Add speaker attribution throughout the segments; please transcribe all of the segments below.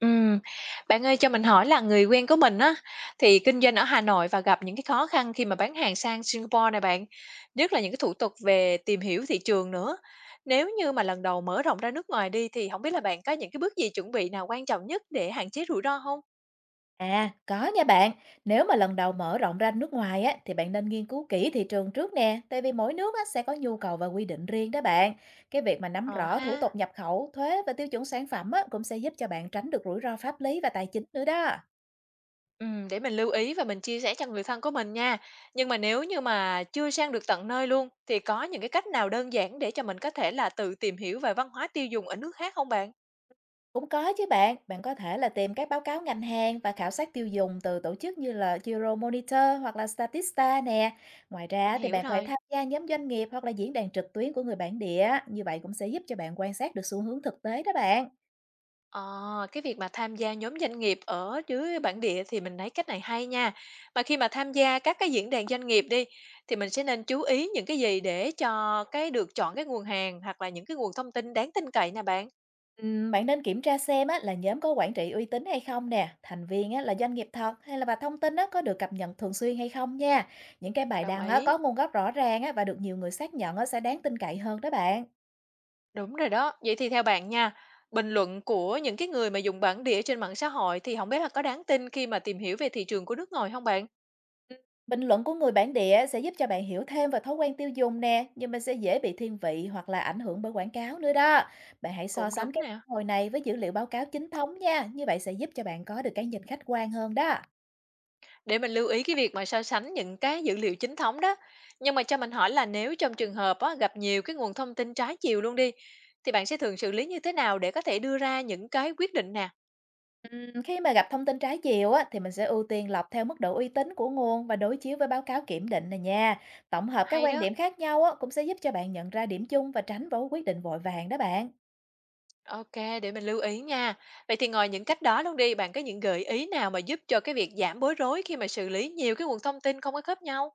Speaker 1: Ừm, bạn ơi cho mình hỏi là người quen của mình á, thì kinh doanh ở Hà Nội và gặp những cái khó khăn khi mà bán hàng sang Singapore này bạn, nhất là những cái thủ tục về tìm hiểu thị trường nữa. Nếu như mà lần đầu mở rộng ra nước ngoài đi thì không biết là bạn có những cái bước gì chuẩn bị nào quan trọng nhất để hạn chế rủi ro không?
Speaker 2: À, có nha bạn. Nếu mà lần đầu mở rộng ra nước ngoài á, thì bạn nên nghiên cứu kỹ thị trường trước nè, tại vì mỗi nước á, sẽ có nhu cầu và quy định riêng đó bạn. Cái việc mà nắm
Speaker 1: Ờ
Speaker 2: rõ thủ
Speaker 1: ha,
Speaker 2: tục nhập khẩu, thuế và tiêu chuẩn sản phẩm á, cũng sẽ giúp cho bạn tránh được rủi ro pháp lý và tài chính nữa đó.
Speaker 1: để mình lưu ý và mình chia sẻ cho người thân của mình nha. Nhưng mà nếu như mà chưa sang được tận nơi luôn, thì có những cái cách nào đơn giản để cho mình có thể là tự tìm hiểu về văn hóa tiêu dùng ở nước khác không bạn?
Speaker 2: Cũng có chứ bạn, bạn có thể là tìm các báo cáo ngành hàng và khảo sát tiêu dùng từ tổ chức như là Euromonitor hoặc là Statista nè. Ngoài
Speaker 1: Mình
Speaker 2: ra thì
Speaker 1: hiểu
Speaker 2: bạn có thể
Speaker 1: rồi.
Speaker 2: tham gia nhóm doanh nghiệp hoặc là diễn đàn trực tuyến của người bản địa, như vậy cũng sẽ giúp cho bạn quan sát được xu hướng thực tế đó bạn.
Speaker 1: Ờ, cái việc mà tham gia nhóm doanh nghiệp ở dưới bản địa thì mình thấy cách này hay nha. Mà khi mà tham gia các cái diễn đàn doanh nghiệp đi thì mình sẽ nên chú ý những cái gì để cho cái được chọn cái nguồn hàng hoặc là những cái nguồn thông tin đáng tin cậy nè bạn.
Speaker 2: Bạn nên kiểm tra xem á, là nhóm có quản trị uy tín hay không nè, thành viên á, là doanh nghiệp thật hay là và thông tin á, có được cập nhật thường xuyên hay không nha. Những cái bài
Speaker 1: Đồng
Speaker 2: đăng á,
Speaker 1: ý.
Speaker 2: có nguồn gốc rõ ràng á, và được nhiều người xác nhận á, sẽ đáng tin cậy hơn đó bạn.
Speaker 1: Đúng rồi đó. Vậy thì theo bạn nha, bình luận của những cái người mà dùng bản địa trên mạng xã hội thì không biết là có đáng tin khi mà tìm hiểu về thị trường của nước ngoài không bạn?
Speaker 2: Ừ, bình luận của người bản địa sẽ giúp cho bạn hiểu thêm về thói quen tiêu dùng nè, nhưng mà sẽ dễ bị thiên vị hoặc là ảnh hưởng bởi quảng cáo nữa đó. Bạn hãy so
Speaker 1: Cũng
Speaker 2: sánh
Speaker 1: đúng
Speaker 2: cái
Speaker 1: nè.
Speaker 2: hồi này với dữ liệu báo cáo chính thống nha, như vậy sẽ giúp cho bạn có được cái nhìn khách quan hơn đó.
Speaker 1: Để mình lưu ý cái việc mà so sánh những cái dữ liệu chính thống đó. Nhưng mà cho mình hỏi là nếu trong trường hợp á, gặp nhiều cái nguồn thông tin trái chiều luôn đi, thì bạn sẽ thường xử lý như thế nào để có thể đưa ra những cái quyết định nè?
Speaker 2: Khi mà gặp thông tin trái chiều á, thì mình sẽ ưu tiên lọc theo mức độ uy tín của nguồn và đối chiếu với báo cáo kiểm định này nha. Tổng hợp các
Speaker 1: Hay
Speaker 2: quan
Speaker 1: đó.
Speaker 2: điểm khác nhau á, cũng sẽ giúp cho bạn nhận ra điểm chung và tránh vô quyết định vội vàng đó bạn.
Speaker 1: Ok, để mình lưu ý nha. Vậy thì ngoài những cách đó luôn đi, bạn có những gợi ý nào mà giúp cho cái việc giảm bối rối khi mà xử lý nhiều cái nguồn thông tin không có khớp nhau?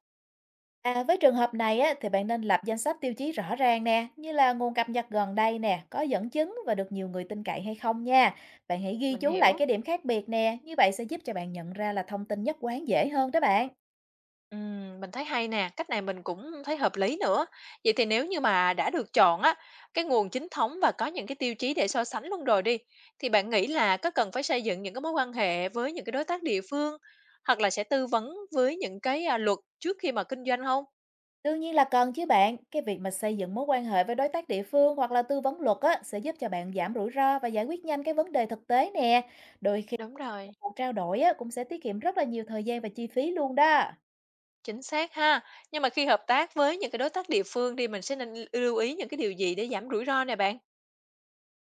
Speaker 2: À, với trường hợp này á, thì bạn nên lập danh sách tiêu chí rõ ràng nè, như là nguồn cập nhật gần đây nè, có dẫn chứng và được nhiều người tin cậy hay không nha. Bạn hãy ghi
Speaker 1: Mình
Speaker 2: chú lại
Speaker 1: hiểu.
Speaker 2: cái điểm khác biệt nè, như vậy sẽ giúp cho bạn nhận ra là thông tin nhất quán dễ hơn đó bạn.
Speaker 1: Mình thấy hay nè, cách này mình cũng thấy hợp lý nữa. Vậy thì nếu như mà đã được chọn á, cái nguồn chính thống và có những cái tiêu chí để so sánh luôn rồi đi, thì bạn nghĩ là có cần phải xây dựng những cái mối quan hệ với những cái đối tác địa phương hoặc là sẽ tư vấn với những cái à, luật trước khi mà kinh doanh không?
Speaker 2: Đương nhiên là cần chứ bạn, cái việc mà xây dựng mối quan hệ với đối tác địa phương hoặc là tư vấn luật á, sẽ giúp cho bạn giảm rủi ro và giải quyết nhanh cái vấn đề thực tế nè. Đôi khi
Speaker 1: Đúng
Speaker 2: một
Speaker 1: rồi,
Speaker 2: cuộc trao đổi á, cũng sẽ tiết kiệm rất là nhiều thời gian và chi phí luôn đó.
Speaker 1: chính xác ha. Nhưng mà khi hợp tác với những cái đối tác địa phương thì mình sẽ nên lưu ý những cái điều gì để giảm rủi ro nè bạn?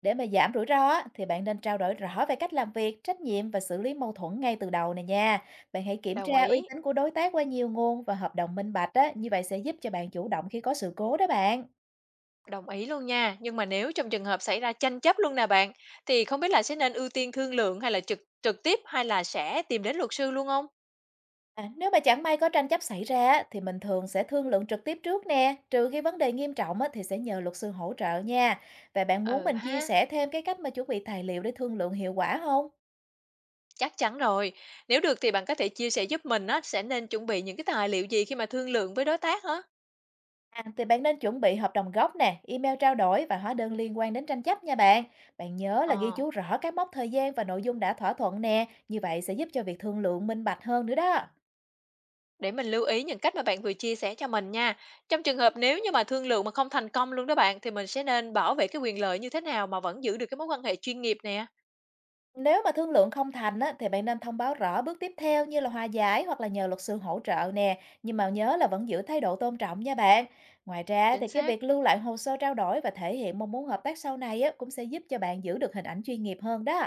Speaker 2: Để mà giảm rủi ro á, thì bạn nên trao đổi rõ về cách làm việc, trách nhiệm và xử lý mâu thuẫn ngay từ đầu này nha. Bạn hãy kiểm
Speaker 1: Đồng
Speaker 2: tra uy
Speaker 1: ý.
Speaker 2: tín của đối tác qua nhiều nguồn và hợp đồng minh bạch á, như vậy sẽ giúp cho bạn chủ động khi có sự cố đó bạn.
Speaker 1: Đồng ý luôn nha, nhưng mà nếu trong trường hợp xảy ra tranh chấp luôn nè bạn, thì không biết là sẽ nên ưu tiên thương lượng hay là trực trực tiếp hay là sẽ tìm đến luật sư luôn không?
Speaker 2: À, nếu mà chẳng may có tranh chấp xảy ra á, thì mình thường sẽ thương lượng trực tiếp trước nè, trừ khi vấn đề nghiêm trọng á, thì sẽ nhờ luật sư hỗ trợ nha. Và bạn muốn
Speaker 1: Ừ
Speaker 2: mình chia
Speaker 1: ha,
Speaker 2: sẻ thêm cái cách mà chuẩn bị tài liệu để thương lượng hiệu quả không?
Speaker 1: chắc chắn rồi. Nếu được thì bạn có thể chia sẻ giúp mình á, sẽ nên chuẩn bị những cái tài liệu gì khi mà thương lượng với đối tác hả?
Speaker 2: À, thì bạn nên chuẩn bị hợp đồng gốc nè, email trao đổi và hóa đơn liên quan đến tranh chấp nha bạn. Bạn nhớ là ghi
Speaker 1: Ờ,
Speaker 2: chú rõ các mốc thời gian và nội dung đã thỏa thuận nè, như vậy sẽ giúp cho việc thương lượng minh bạch hơn nữa đó.
Speaker 1: để mình lưu ý những cách mà bạn vừa chia sẻ cho mình nha. Trong trường hợp nếu như mà thương lượng mà không thành công luôn đó bạn, thì mình sẽ nên bảo vệ cái quyền lợi như thế nào mà vẫn giữ được cái mối quan hệ chuyên nghiệp nè.
Speaker 2: Nếu mà thương lượng không thành á, thì bạn nên thông báo rõ bước tiếp theo như là hòa giải hoặc là nhờ luật sư hỗ trợ nè. Nhưng mà nhớ là vẫn giữ thái độ tôn trọng nha bạn. Ngoài ra
Speaker 1: Chính
Speaker 2: thì cái
Speaker 1: xác.
Speaker 2: việc lưu lại hồ sơ trao đổi và thể hiện mong muốn hợp tác sau này á, cũng sẽ giúp cho bạn giữ được hình ảnh chuyên nghiệp hơn đó.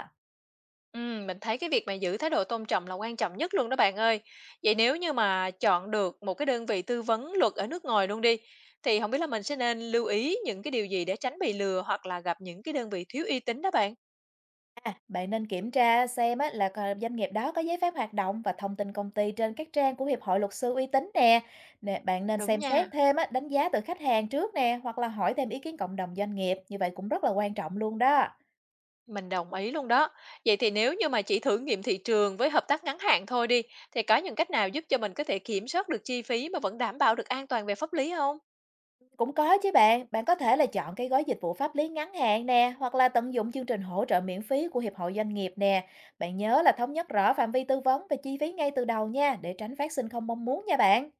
Speaker 1: Mình thấy cái việc mà giữ thái độ tôn trọng là quan trọng nhất luôn đó bạn ơi. Vậy nếu như mà chọn được một cái đơn vị tư vấn luật ở nước ngoài luôn đi, thì không biết là mình sẽ nên lưu ý những cái điều gì để tránh bị lừa hoặc là gặp những cái đơn vị thiếu uy tín đó bạn.
Speaker 2: À, bạn nên kiểm tra xem á, là coi doanh nghiệp đó có giấy phép hoạt động và thông tin công ty trên các trang của Hiệp hội Luật sư uy tín nè. Nè, bạn nên
Speaker 1: Đúng
Speaker 2: xem
Speaker 1: nha.
Speaker 2: xét thêm á, đánh giá từ khách hàng trước nè, hoặc là hỏi thêm ý kiến cộng đồng doanh nghiệp. Như vậy cũng rất là quan trọng luôn đó.
Speaker 1: Mình đồng ý luôn đó. Vậy thì nếu như mà chỉ thử nghiệm thị trường với hợp tác ngắn hạn thôi đi, thì có những cách nào giúp cho mình có thể kiểm soát được chi phí mà vẫn đảm bảo được an toàn về pháp lý không?
Speaker 2: Cũng có chứ bạn, bạn có thể là chọn cái gói dịch vụ pháp lý ngắn hạn nè, hoặc là tận dụng chương trình hỗ trợ miễn phí của Hiệp hội Doanh nghiệp nè. Bạn nhớ là thống nhất rõ phạm vi tư vấn và chi phí ngay từ đầu nha, để tránh phát sinh không mong muốn nha bạn.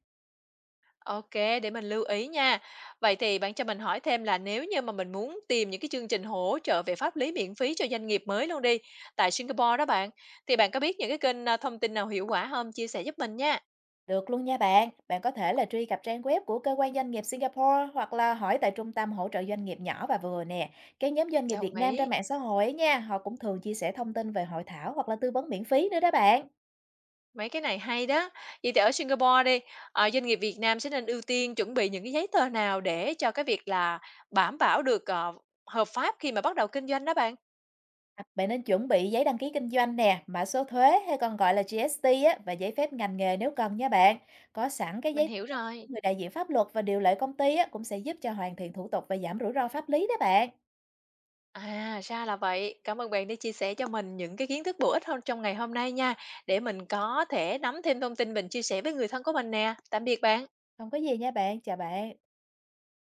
Speaker 1: OK, để mình lưu ý nha. Vậy thì bạn cho mình hỏi thêm là nếu như mà mình muốn tìm những cái chương trình hỗ trợ về pháp lý miễn phí cho doanh nghiệp mới luôn đi, tại Singapore đó bạn, thì bạn có biết những cái kênh, thông tin nào hiệu quả không? Chia sẻ giúp mình nha.
Speaker 2: Được luôn nha bạn, bạn có thể là truy cập trang web của cơ quan doanh nghiệp Singapore, hoặc là hỏi tại trung tâm hỗ trợ doanh nghiệp nhỏ và vừa nè. Cái nhóm doanh nghiệp Việt
Speaker 1: Đồng
Speaker 2: Nam
Speaker 1: ý.
Speaker 2: trên mạng xã hội ấy nha, họ cũng thường chia sẻ thông tin về hội thảo hoặc là tư vấn miễn phí nữa đó bạn.
Speaker 1: Mấy cái này hay đó. Vậy thì ở Singapore đi, doanh nghiệp Việt Nam sẽ nên ưu tiên chuẩn bị những cái giấy tờ nào để cho cái việc là đảm bảo được, hợp pháp khi mà bắt đầu kinh doanh đó bạn?
Speaker 2: À, bạn nên chuẩn bị giấy đăng ký kinh doanh nè, mã số thuế hay còn gọi là GST á, và giấy phép ngành nghề nếu cần nha bạn. Có sẵn cái
Speaker 1: Mình
Speaker 2: giấy tờ
Speaker 1: hiểu
Speaker 2: của
Speaker 1: rồi.
Speaker 2: người đại diện pháp luật và điều lệ công ty á, cũng sẽ giúp cho hoàn thiện thủ tục và giảm rủi ro pháp lý đó bạn.
Speaker 1: À, ra là vậy. Cảm ơn bạn đã chia sẻ cho mình những cái kiến thức bổ ích hơn trong ngày hôm nay nha, để mình có thể nắm thêm thông tin mình chia sẻ với người thân của mình nè. Tạm biệt bạn.
Speaker 2: Không có gì nha bạn, chào bạn.